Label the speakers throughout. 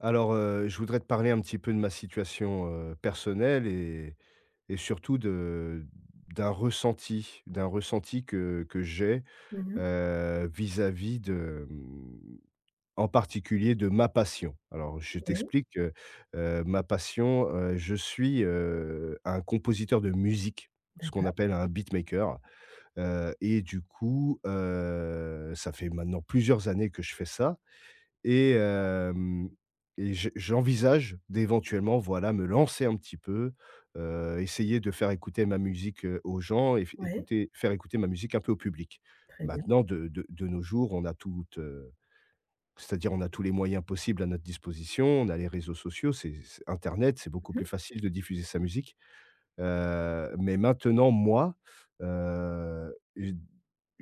Speaker 1: Alors, je voudrais te parler un petit peu de ma situation, personnelle et surtout de d'un ressenti que j'ai,
Speaker 2: Mmh mh.
Speaker 1: vis-à-vis de, en particulier de ma passion. Alors je
Speaker 2: Oui,
Speaker 1: t'explique, ma passion, je suis, un compositeur de musique, ce qu'on
Speaker 2: d'accord,
Speaker 1: appelle un beatmaker, et du coup, ça fait maintenant plusieurs années que je fais ça et hem et je j'envisage d'éventuellement, voilà, me lancer un petit peu, essayer de faire écouter ma musique, aux gens et f
Speaker 2: ouais,
Speaker 1: écouter faire écouter ma musique un peu au public.
Speaker 2: très bien.
Speaker 1: Maintenant de nos jours, c'est-à-dire on a tous les moyens possibles à notre disposition, on a les réseaux sociaux, c'est internet, c'est beaucoup
Speaker 2: Mmh mh.
Speaker 1: plus facile de diffuser sa musique. Mais maintenant moi, j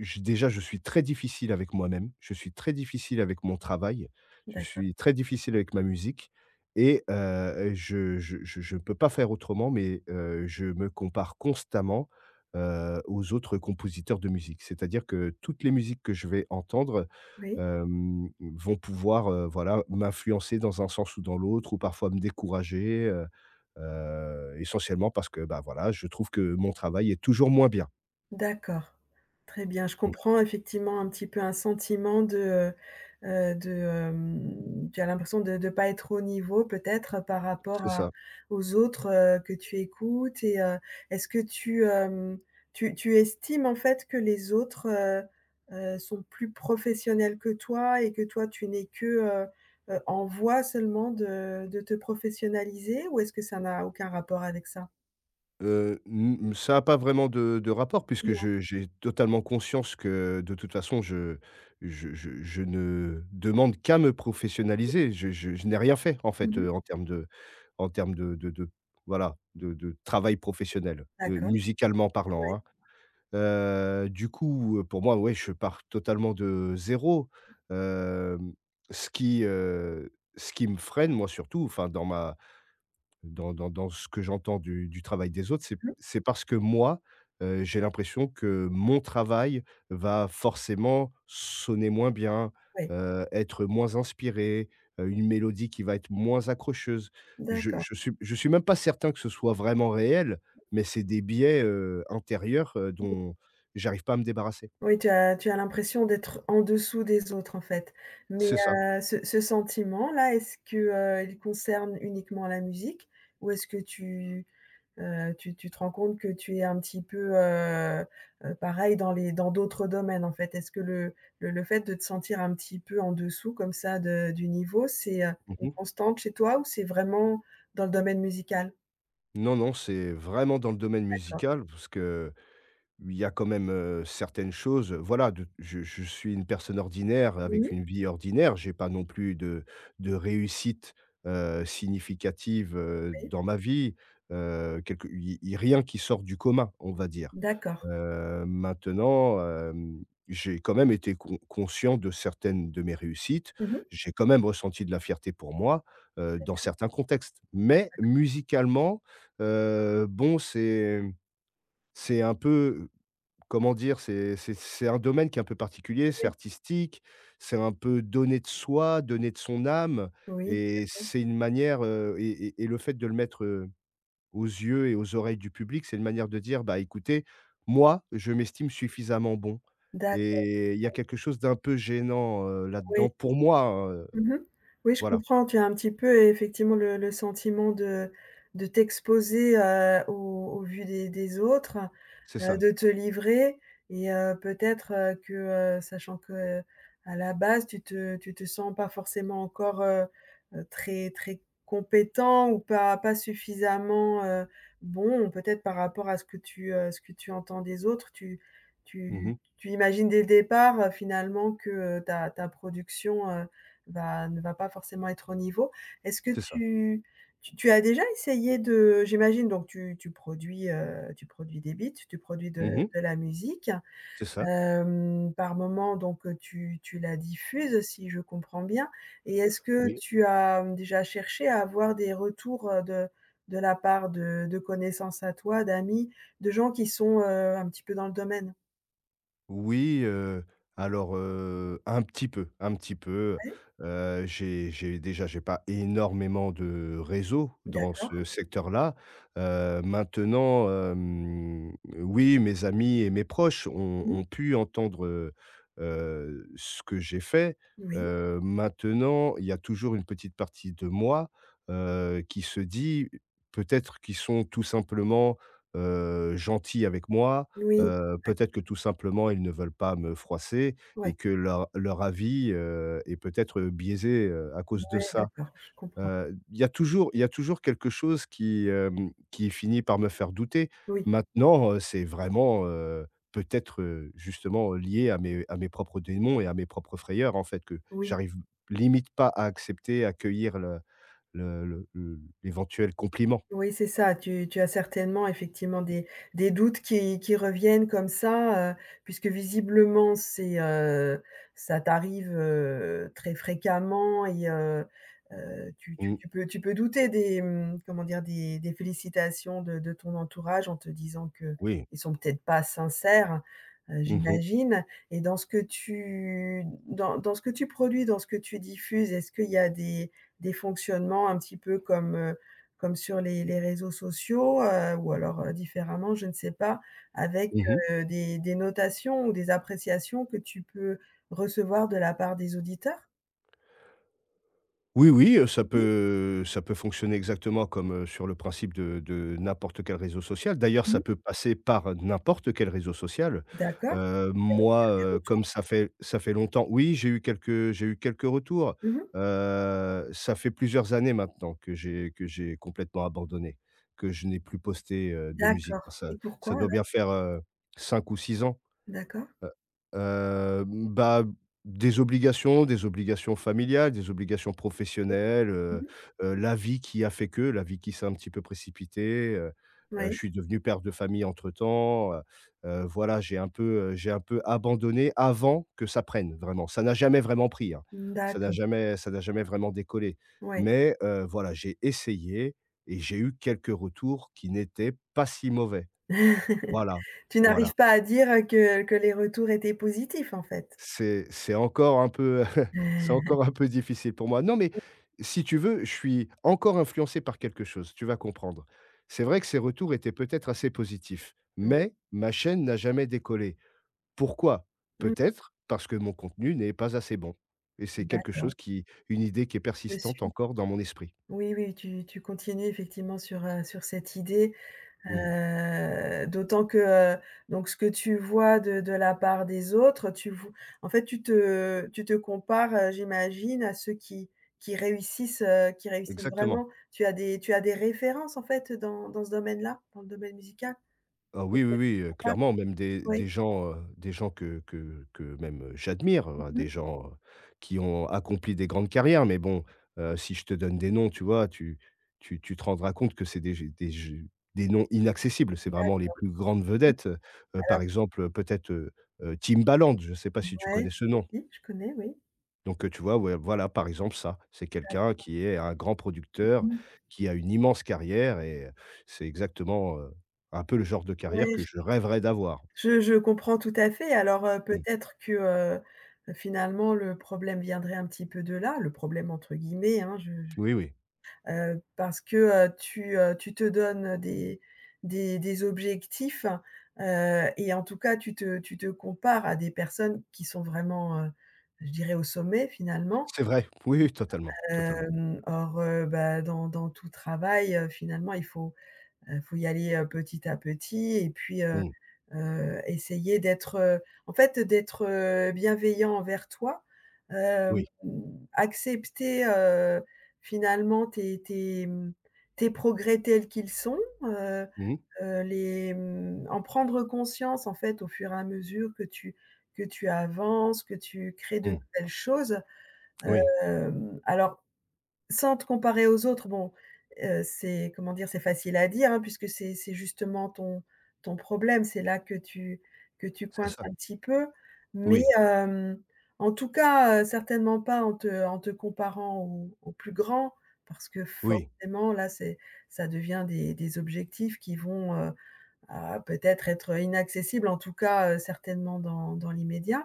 Speaker 1: j déjà je suis très difficile avec moi-même, je suis très difficile avec mon travail, je
Speaker 2: D'accord,
Speaker 1: suis très difficile avec ma musique, et je ne peux pas faire autrement, mais je me compare constamment, aux autres compositeurs de musique. C'est-à-dire que toutes les musiques que je vais entendre,
Speaker 2: oui.
Speaker 1: vont pouvoir, voilà, m'influencer dans un sens ou dans l'autre ou parfois me décourager, essentiellement parce que, bah, voilà, je trouve que mon travail est toujours moins bien.
Speaker 2: D'accord. Très bien, je
Speaker 1: Mmh,
Speaker 2: comprends effectivement un petit peu un sentiment heu de, tu as l'impression de pas être au niveau peut-être par
Speaker 1: c'est
Speaker 2: rapport à
Speaker 1: ça.
Speaker 2: aux autres, que tu écoutes et est-ce que tu, tu estimes en fait que les autres, sont plus professionnels que toi et que toi tu n'es que, en voie seulement de te professionnaliser ou est-ce que ça n'a aucun rapport avec ça?
Speaker 1: Mmh, Ça a pas vraiment de rapport puisque
Speaker 2: Non.
Speaker 1: je j'ai totalement conscience que, de toute façon, je ne demande qu'à me professionnaliser. Je n'ai rien fait, en fait,
Speaker 2: Mmh.
Speaker 1: en termes de en termes de de de voilà, de travail professionnel,
Speaker 2: D'accord.
Speaker 1: musicalement parlant,
Speaker 2: Oui.
Speaker 1: hein. Du coup, pour moi, ouais, je pars totalement de zéro. Hem, Ce qui, me freine, moi, surtout, enfin dans ma dans dans dans ce que j'entends du travail des autres, c'est
Speaker 2: Mmh.
Speaker 1: c'est parce que moi, j'ai l'impression que mon travail va forcément sonner moins bien,
Speaker 2: Oui.
Speaker 1: être moins inspiré, une mélodie qui va être moins accrocheuse. Je
Speaker 2: D'accord.
Speaker 1: je suis je suis même pas certain que ce soit vraiment réel, mais c'est des biais, intérieurs, dont j'arrive pas à me débarrasser.
Speaker 2: Oui, tu as l'impression d'être en dessous des autres, en fait. Mais,
Speaker 1: C'est ça.
Speaker 2: ce sentiment-là, est-ce que, il concerne uniquement la musique? Ou est-ce que tu, tu te rends compte que tu es un petit peu, pareil dans les dans d'autres domaines, en fait? Est-ce que le fait de te sentir un petit peu en dessous comme ça de du niveau, c'est, une
Speaker 1: Mmh.
Speaker 2: constante chez toi ou c'est vraiment dans le domaine musical?
Speaker 1: Non, non, c'est vraiment dans le domaine
Speaker 2: D'accord.
Speaker 1: musical parce que il y a quand même, certaines choses, voilà, de je suis une personne ordinaire avec
Speaker 2: Mmh.
Speaker 1: une vie ordinaire. J'ai pas non plus de réussite, significative,
Speaker 2: Oui.
Speaker 1: dans ma vie, quelque i i rien qui sort du commun, on va dire.
Speaker 2: D'accord.
Speaker 1: Maintenant, j'ai quand même été conscient de certaines de mes réussites.
Speaker 2: Mmh.
Speaker 1: J'ai quand même ressenti de la fierté pour moi, dans certains contextes. Mais musicalement, bon, c'est un peu. Comment dire? C'est un domaine qui est un peu particulier, c'est
Speaker 2: Oui.
Speaker 1: artistique, c'est un peu donner de soi, donner de son âme
Speaker 2: Oui, tout
Speaker 1: et c'est une manière, et le fait de le mettre, aux yeux et aux oreilles du public, c'est une manière de dire: «Bah, écoutez, moi, je m'estime suffisamment bon» et il y a quelque chose d'un peu gênant, là-dedans
Speaker 2: oui.
Speaker 1: pour moi, hein,
Speaker 2: Mmh mh. Oui, je
Speaker 1: voilà,
Speaker 2: comprends. Tu as un petit peu effectivement le sentiment de t'exposer, aux aux vues des autres,
Speaker 1: c'est ça.
Speaker 2: de te livrer et peut-être, que, sachant qu'à la base tu te sens pas forcément encore, très très compétent ou pas suffisamment, bon, peut-être par rapport à ce que tu entends des autres, tu
Speaker 1: Mmh.
Speaker 2: imagines dès le départ, finalement que, ta production, Va ne va pas forcément être au niveau. Est-ce que
Speaker 1: C'est ça.
Speaker 2: tu as déjà essayé de j'imagine donc tu produis, tu produis des beats, tu produis de
Speaker 1: Mmh.
Speaker 2: la musique.
Speaker 1: C'est ça,
Speaker 2: Hem, par moment donc tu la diffuses si je comprends bien et est-ce que
Speaker 1: oui.
Speaker 2: tu as déjà cherché à avoir des retours, de la part de connaissances à toi, d'amis, de gens qui sont, un petit peu dans le domaine?
Speaker 1: Oui, alors, un petit peu, un petit peu.
Speaker 2: Ouais,
Speaker 1: J'ai pas énormément de réseau dans
Speaker 2: d'accord.
Speaker 1: ce secteur-là. Maintenant, oui, mes amis et mes proches ont
Speaker 2: Mmh.
Speaker 1: ont pu entendre, ce que j'ai fait.
Speaker 2: Oui,
Speaker 1: Maintenant, il y a toujours une petite partie de moi, qui se dit, peut-être qu'ils sont tout simplement, gentils avec moi.
Speaker 2: oui, d'ac
Speaker 1: Peut-être que tout simplement, ils ne veulent pas me froisser et
Speaker 2: ouais,
Speaker 1: que leur avis, est peut-être biaisé, à cause de
Speaker 2: ouais,
Speaker 1: ça.
Speaker 2: d'accord, je comprends.
Speaker 1: Il y a toujours il y a toujours quelque chose qui finit par me faire douter.
Speaker 2: Oui.
Speaker 1: Maintenant, c'est vraiment, peut-être, justement, lié à mes propres démons et à mes propres frayeurs, en fait, que
Speaker 2: Oui,
Speaker 1: j'arrive limite pas à accepter, à accueillir le l'éventuel compliment.
Speaker 2: oui, c'est ça. Tu as certainement effectivement des doutes qui reviennent comme ça, puisque visiblement c'est, ça t'arrive, très fréquemment et tu
Speaker 1: Mmh,
Speaker 2: peux tu peux douter des, mmh, comment dire? Des félicitations de ton entourage en te disant
Speaker 1: oui.
Speaker 2: qu'ils sont peut-être pas sincères,
Speaker 1: Mmh mh.
Speaker 2: j'imagine et dans ce que tu dans dans ce que tu produis, dans ce que tu diffuses, est-ce qu'il y a des fonctionnements un petit peu comme, comme sur les réseaux sociaux, ou alors, différemment, je ne sais pas, avec,
Speaker 1: Mmh.
Speaker 2: des notations ou des appréciations que tu peux recevoir de la part des auditeurs?
Speaker 1: Oui, oui, ça
Speaker 2: Oui?
Speaker 1: peut ça peut fonctionner exactement comme, sur le principe de n'importe quel réseau social. D'ailleurs, ça
Speaker 2: Mmh.
Speaker 1: peut passer par n'importe quel réseau social.
Speaker 2: D'accord et avec,
Speaker 1: Moi,
Speaker 2: des retours?
Speaker 1: comme ça fait longtemps, oui, j'ai eu quelques retours.
Speaker 2: Mmh.
Speaker 1: Ça fait plusieurs années maintenant que j'ai complètement abandonné, que je n'ai plus posté, de musique.
Speaker 2: D'accord
Speaker 1: Ça
Speaker 2: et
Speaker 1: ça
Speaker 2: pourquoi
Speaker 1: doit bien
Speaker 2: alors?
Speaker 1: faire, 5 ou 6 ans.
Speaker 2: D'accord.
Speaker 1: Heu, Bah, des obligations familiales, des obligations professionnelles,
Speaker 2: Mmh.
Speaker 1: la vie qui a fait que, la vie qui s'est un petit peu précipitée, je
Speaker 2: Oui.
Speaker 1: suis devenu père de famille entre-temps, voilà, j'ai un peu abandonné avant que ça prenne vraiment. Ça n'a jamais vraiment pris, hein.
Speaker 2: Mmh,
Speaker 1: Ça n'a
Speaker 2: d'accord.
Speaker 1: jamais ça n'a jamais vraiment décollé.
Speaker 2: Oui.
Speaker 1: Mais, voilà, j'ai essayé et j'ai eu quelques retours qui n'étaient pas si mauvais. Voilà,
Speaker 2: Tu
Speaker 1: voilà.
Speaker 2: n'arrives pas à dire, que les retours étaient positifs, en fait?
Speaker 1: C'est encore un peu c'est encore un peu difficile pour moi. Non, mais si tu veux, je suis encore influencé par quelque chose, tu vas comprendre. C'est vrai que ces retours étaient peut-être assez positifs,
Speaker 2: Oui.
Speaker 1: mais ma chaîne n'a jamais décollé. Pourquoi?
Speaker 2: Mmh.
Speaker 1: Peut-être parce que mon contenu n'est pas assez bon et c'est quelque chose
Speaker 2: D'accord,
Speaker 1: qui une idée qui est
Speaker 2: je
Speaker 1: persistante
Speaker 2: suis.
Speaker 1: encore dans mon esprit.
Speaker 2: Oui, oui, tu continues effectivement sur, sur cette idée.
Speaker 1: Mmh,
Speaker 2: D'autant que, donc ce que tu vois de la part des autres, tu vo en fait, tu te compares, j'imagine à ceux qui réussissent, qui réussissent
Speaker 1: exactement.
Speaker 2: vraiment. Tu as des références, en fait, dans dans ce domaine-là, dans le domaine musical?
Speaker 1: Ah oui, oui,
Speaker 2: Auquel tu
Speaker 1: oui,
Speaker 2: te compares?
Speaker 1: clairement, même des
Speaker 2: Oui.
Speaker 1: gens, des gens que même, j'admire, des
Speaker 2: Mmh.
Speaker 1: gens, qui ont accompli des grandes carrières. Mais bon, si je te donne des noms, tu vois, tu te rendras compte que c'est des noms inaccessibles. C'est vraiment les
Speaker 2: D'accord.
Speaker 1: plus grandes vedettes,
Speaker 2: Alors
Speaker 1: par exemple, peut-être, Timbaland, je ne sais pas si tu
Speaker 2: ouais,
Speaker 1: connais ce
Speaker 2: si,
Speaker 1: nom?
Speaker 2: si, je connais, oui.
Speaker 1: Donc, tu vois? Ouais, voilà, par exemple, ça. C'est quelqu'un
Speaker 2: D'accord.
Speaker 1: qui est un grand producteur,
Speaker 2: Mmh.
Speaker 1: qui a une immense carrière et c'est exactement, un peu le genre de carrière que
Speaker 2: Ouais,
Speaker 1: je rêverais d'avoir.
Speaker 2: je comprends tout à fait. Alors,
Speaker 1: Mmh.
Speaker 2: peut-être que, finalement, le problème viendrait un petit peu de là, «le problème» entre guillemets, hein, je
Speaker 1: Oui, oui.
Speaker 2: je parce que, tu, tu te donnes des objectifs, et en tout cas, tu te compares à des personnes qui sont vraiment, je dirais au sommet finalement.
Speaker 1: C'est vrai. Oui, oui, totalement, totalement.
Speaker 2: Hem, or, bah, dans tout travail, finalement, il faut faut y aller, petit à petit et puis,
Speaker 1: Mmh.
Speaker 2: essayer d'être, en fait, d'être, bienveillant envers toi. Hem,
Speaker 1: Oui.
Speaker 2: accepter, finalement tes tes, mmh, tes progrès tels qu'ils sont, heu
Speaker 1: Mmh mh.
Speaker 2: les, mmh, en prendre conscience, en fait, au fur et à mesure que tu avances, que tu crées de
Speaker 1: Mmh.
Speaker 2: nouvelles choses.
Speaker 1: Oui,
Speaker 2: Hem, alors sans te comparer aux autres, bon, c'est comment dire? C'est facile à dire, hein, puisque c'est justement ton problème. C'est là que tu
Speaker 1: c'est
Speaker 2: coinces
Speaker 1: ça.
Speaker 2: un petit peu. Mais,
Speaker 1: Oui,
Speaker 2: hem, en tout cas, certainement pas en te comparant aux aux plus grands parce que
Speaker 1: oui.
Speaker 2: forcément là, c'est ça devient des objectifs qui vont, ah, peut-être être inaccessibles, en tout cas, certainement dans l'immédiat.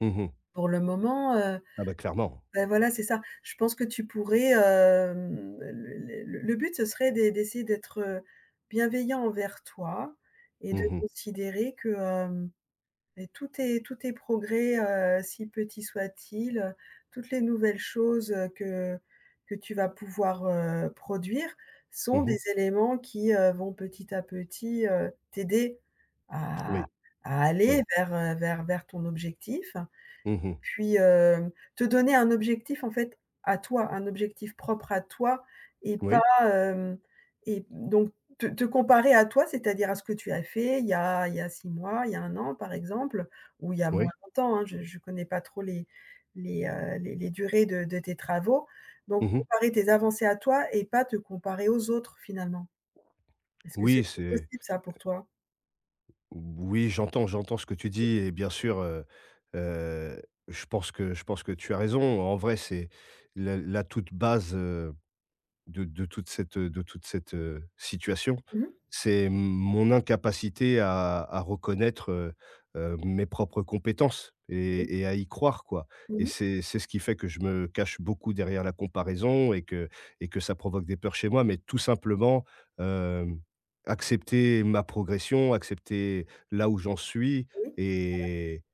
Speaker 1: Mmh.
Speaker 2: Pour le moment,
Speaker 1: Ah bah, clairement.
Speaker 2: ben voilà, c'est ça. Je pense que tu pourrais, hem, le but, ce serait d'e d'essayer d'être, bienveillant envers toi et de
Speaker 1: Mmh mh.
Speaker 2: considérer que, hem, beh, tous tes progrès, si petits soient-ils, toutes les nouvelles choses, que tu vas pouvoir, produire sont des
Speaker 1: Mmh.
Speaker 2: éléments qui, vont petit à petit, t'aider à
Speaker 1: Oui, oui.
Speaker 2: aller vers, vers ton objectif
Speaker 1: Mmh.
Speaker 2: puis te donner un objectif en fait à toi, un objectif propre à toi et pas,
Speaker 1: Oui,
Speaker 2: hem et donc te comparer à toi, c'est-à-dire à ce que tu as fait il y a 6 mois, il y a 1 an par exemple, ou il y a
Speaker 1: oui.
Speaker 2: moins longtemps, hein, je connais pas trop les les durées de tes travaux, donc
Speaker 1: Mmh.
Speaker 2: comparer tes avancées à toi et pas te comparer aux autres finalement. Est-ce que c'est
Speaker 1: Oui, c'est
Speaker 2: possible ça pour toi?
Speaker 1: Oui, j'entends ce que tu dis et bien sûr, heu, je pense que tu as raison. En vrai, c'est la toute base, de toute cette, situation.
Speaker 2: Mmh.
Speaker 1: C'est mon incapacité à reconnaître, mes propres compétences
Speaker 2: Oui.
Speaker 1: et à y croire, quoi, et
Speaker 2: Mmh.
Speaker 1: c'est ce qui fait que je me cache beaucoup derrière la comparaison et que ça provoque des peurs chez moi, mais tout simplement, hem, accepter ma progression, accepter là où j'en suis
Speaker 2: Oui.
Speaker 1: et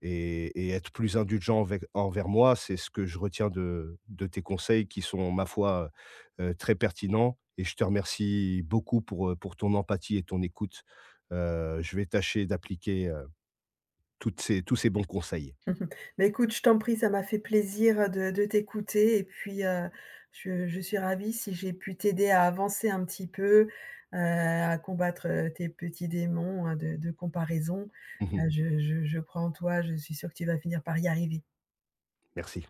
Speaker 1: et être plus indulgent envec envers moi, c'est ce que je retiens de tes conseils qui sont, ma foi, très pertinents, et je te remercie beaucoup pour ton empathie et ton écoute. Je vais tâcher d'appliquer, toutes ces tous ces bons conseils.
Speaker 2: Mais écoute, je t'en prie, ça m'a fait plaisir, de t'écouter et puis, je suis ravie si j'ai pu t'aider à avancer un petit peu, à combattre, tes petits démons, de comparaison. Je crois en toi, je suis sûre que tu vas finir par y arriver.
Speaker 1: Merci.